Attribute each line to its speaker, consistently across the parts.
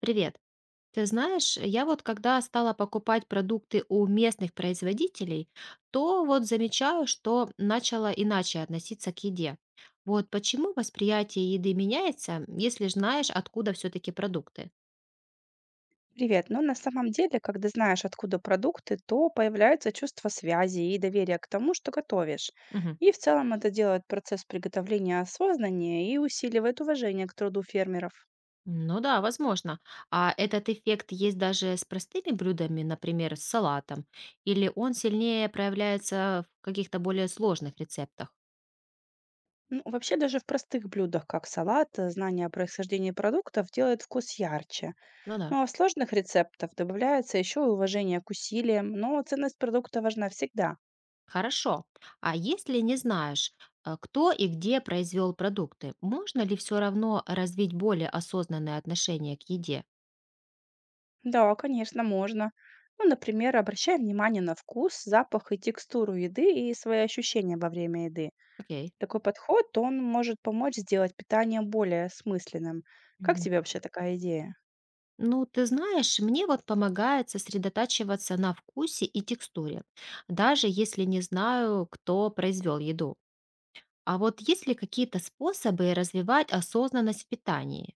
Speaker 1: Привет. Ты знаешь, я вот когда стала покупать продукты у местных производителей, то вот замечаю, что начала иначе относиться к еде. Вот почему восприятие еды меняется, если знаешь, откуда все-таки продукты?
Speaker 2: Привет. Но на самом деле, когда знаешь, откуда продукты, то появляется чувство связи и доверия к тому, что готовишь.
Speaker 1: Мгм.
Speaker 2: И в целом это делает процесс приготовления осознаннее и усиливает уважение к труду фермеров.
Speaker 1: Ну да, возможно. А этот эффект есть даже с простыми блюдами, например, с салатом, или он сильнее проявляется в каких-то более сложных рецептах?
Speaker 2: Ну, вообще даже в простых блюдах, как салат, знание о происхождении продуктов делает вкус ярче.
Speaker 1: Ну да.
Speaker 2: Ну а в сложных рецептах добавляется еще и уважение к усилиям, но ценность продукта важна всегда.
Speaker 1: Хорошо. А если не знаешь, кто и где произвел продукты, можно ли все равно развить более осознанное отношение к еде?
Speaker 2: Да, конечно, можно. Ну, например, обращай внимание на вкус, запах и текстуру еды и свои ощущения во время еды.
Speaker 1: Окей.
Speaker 2: Такой подход, он может помочь сделать питание более смысленным. Как
Speaker 1: Мгм.
Speaker 2: тебе вообще такая идея?
Speaker 1: Ну, ты знаешь, мне вот помогает сосредотачиваться на вкусе и текстуре, даже если не знаю, кто произвел еду. А вот есть ли какие-то способы развивать осознанность в питании?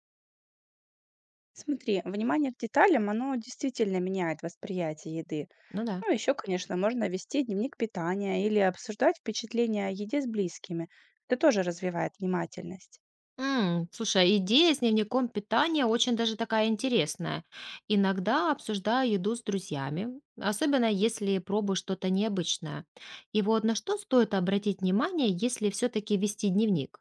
Speaker 2: Смотри, внимание к деталям, оно действительно меняет восприятие еды.
Speaker 1: Ну да.
Speaker 2: Ну, еще, конечно, можно вести дневник питания или обсуждать впечатления о еде с близкими. Это тоже развивает внимательность.
Speaker 1: М, слушай, а идея с дневником питания очень даже такая интересная. Иногда обсуждаю еду с друзьями, особенно если пробую что-то необычное. И вот на что стоит обратить внимание, если все-таки вести дневник?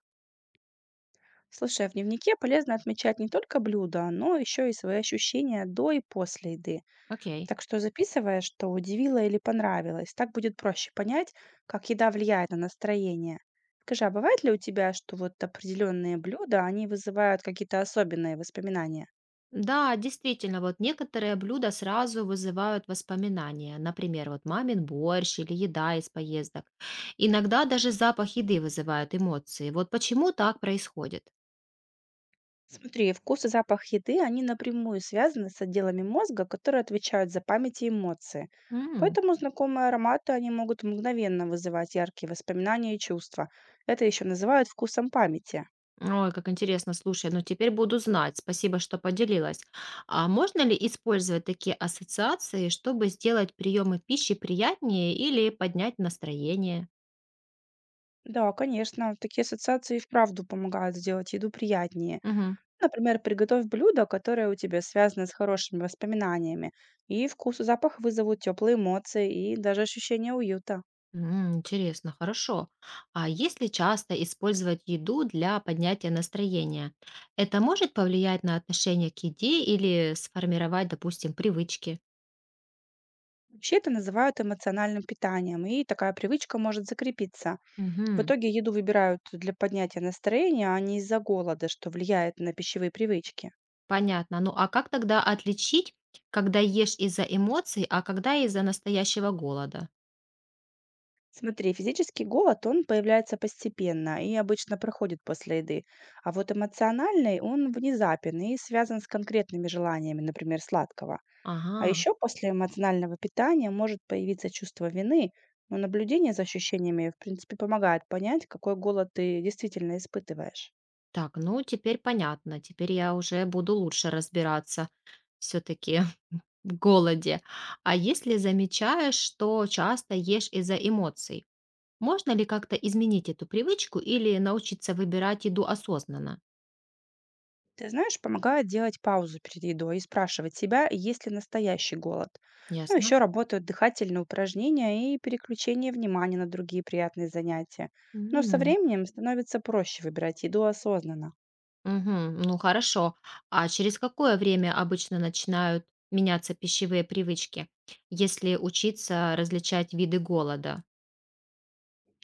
Speaker 2: Слушай, а в дневнике полезно отмечать не только блюда, но еще и свои ощущения до и после еды.
Speaker 1: Окей.
Speaker 2: Так что записывая, что удивило или понравилось, так будет проще понять, как еда влияет на настроение. Скажи, а бывает ли у тебя, что вот определенные блюда, они вызывают какие-то особенные воспоминания?
Speaker 1: Да, действительно, вот некоторые блюда сразу вызывают воспоминания. Например, вот мамин борщ или еда из поездок. Иногда даже запах еды вызывает эмоции. Вот почему так происходит?
Speaker 2: Смотри, вкус и запах еды, они напрямую связаны с отделами мозга, которые отвечают за память и эмоции. Поэтому знакомые ароматы, они могут мгновенно вызывать яркие воспоминания и чувства. Это еще называют вкусом памяти.
Speaker 1: Ой, как интересно, слушай, ну теперь буду знать. Спасибо, что поделилась. А можно ли использовать такие ассоциации, чтобы сделать приемы пищи приятнее или поднять настроение?
Speaker 2: Да, конечно, такие ассоциации и вправду помогают сделать еду приятнее.
Speaker 1: Мгм.
Speaker 2: Например, приготовь блюдо, которое у тебя связано с хорошими воспоминаниями, и вкус и запах вызовут теплые эмоции и даже ощущение уюта.
Speaker 1: М, интересно, хорошо. А если часто использовать еду для поднятия настроения, это может повлиять на отношение к еде или сформировать, допустим, привычки?
Speaker 2: Вообще это называют эмоциональным питанием, и такая привычка может закрепиться. В
Speaker 1: Мгм,
Speaker 2: итоге еду выбирают для поднятия настроения, а не из-за голода, что влияет на пищевые привычки.
Speaker 1: понятно. Ну а как тогда отличить, когда ешь из-за эмоций, а когда из-за настоящего голода?
Speaker 2: Смотри, физический голод, он появляется постепенно и обычно проходит после еды, а вот эмоциональный, он внезапен и связан с конкретными желаниями, например, сладкого. А
Speaker 1: Ага,
Speaker 2: еще после эмоционального питания может появиться чувство вины, но наблюдение за ощущениями, в принципе, помогает понять, какой голод ты действительно испытываешь.
Speaker 1: так, ну теперь понятно, теперь я уже буду лучше разбираться все-таки в голоде. А если замечаешь, что часто ешь из-за эмоций, можно ли как-то изменить эту привычку или научиться выбирать еду осознанно?
Speaker 2: Ты знаешь, помогает делать паузу перед едой и спрашивать себя, есть ли настоящий голод. Ну,
Speaker 1: Ясно?
Speaker 2: еще работают дыхательные упражнения и переключение внимания на другие приятные занятия. Но со
Speaker 1: М,
Speaker 2: временем становится проще выбирать еду осознанно.
Speaker 1: мгм, ну хорошо. А через какое время обычно начинают меняться пищевые привычки, если учиться различать виды голода?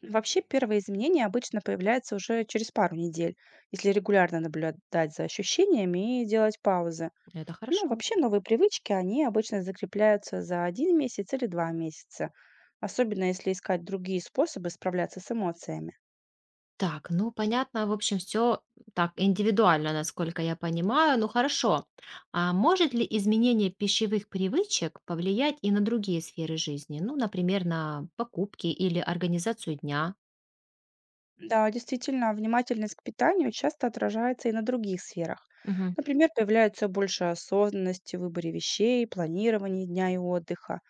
Speaker 2: Вообще, первые изменения обычно появляются уже через пару недель, если регулярно наблюдать за ощущениями и делать паузы.
Speaker 1: Это
Speaker 2: Ну,
Speaker 1: хорошо.
Speaker 2: вообще, новые привычки, они обычно закрепляются за 1 месяц или 2 месяца, особенно если искать другие способы справляться с эмоциями.
Speaker 1: Так, ну понятно, в общем, все так индивидуально, насколько я понимаю. Ну хорошо, а может ли изменение пищевых привычек повлиять и на другие сферы жизни? Ну, например, на покупки или организацию дня?
Speaker 2: Да, действительно, внимательность к питанию часто отражается и на других сферах.
Speaker 1: Мгм.
Speaker 2: Например, появляется больше осознанности в выборе вещей, планировании дня и отдыха.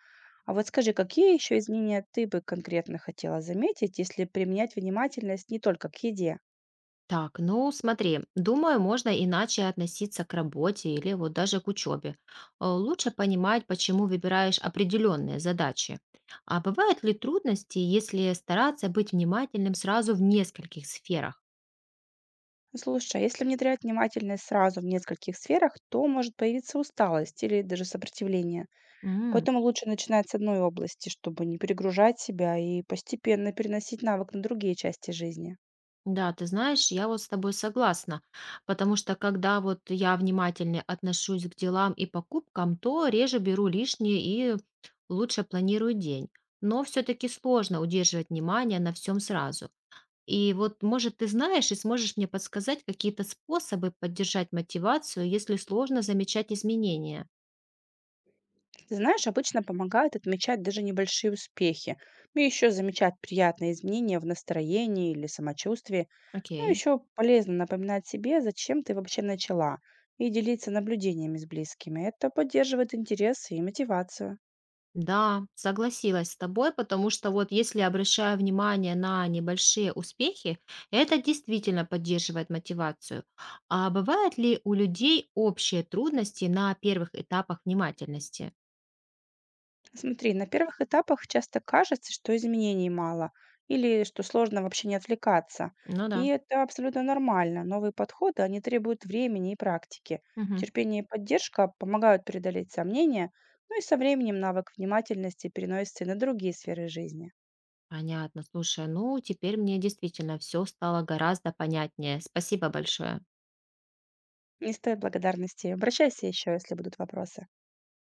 Speaker 2: А вот скажи, какие еще изменения ты бы конкретно хотела заметить, если применять внимательность не только к еде?
Speaker 1: Так, ну смотри, думаю, можно иначе относиться к работе или вот даже к учебе. Лучше понимать, почему выбираешь определенные задачи. А бывают ли трудности, если стараться быть внимательным сразу в нескольких сферах?
Speaker 2: Слушай, а если внедрять внимательность сразу в нескольких сферах, то может появиться усталость или даже сопротивление. Поэтому лучше начинать с одной области, чтобы не перегружать себя и постепенно переносить навык на другие части жизни.
Speaker 1: Да, ты знаешь, я вот с тобой согласна, потому что когда вот я внимательнее отношусь к делам и покупкам, то реже беру лишнее и лучше планирую день. Но все-таки сложно удерживать внимание на всем сразу. И вот, может, ты знаешь и сможешь мне подсказать какие-то способы поддержать мотивацию, если сложно замечать изменения.
Speaker 2: Ты знаешь, обычно помогает отмечать даже небольшие успехи, и еще замечать приятные изменения в настроении или самочувствии. Ну,
Speaker 1: Окей.
Speaker 2: еще полезно напоминать себе, зачем ты вообще начала, и делиться наблюдениями с близкими. Это поддерживает интерес и мотивацию.
Speaker 1: Да, согласилась с тобой, потому что вот если обращаю внимание на небольшие успехи, это действительно поддерживает мотивацию. А бывают ли у людей общие трудности на первых этапах внимательности?
Speaker 2: Смотри, на первых этапах часто кажется, что изменений мало или что сложно вообще не отвлекаться.
Speaker 1: Ну
Speaker 2: И
Speaker 1: да.
Speaker 2: это абсолютно нормально. Новые подходы, они требуют времени и практики.
Speaker 1: Мгм.
Speaker 2: Терпение и поддержка помогают преодолеть сомнения, ну и со временем навык внимательности переносится и на другие сферы жизни.
Speaker 1: Понятно. Слушай, ну теперь мне действительно все стало гораздо понятнее. Спасибо большое.
Speaker 2: Не стоит благодарности. Обращайся еще, если будут вопросы.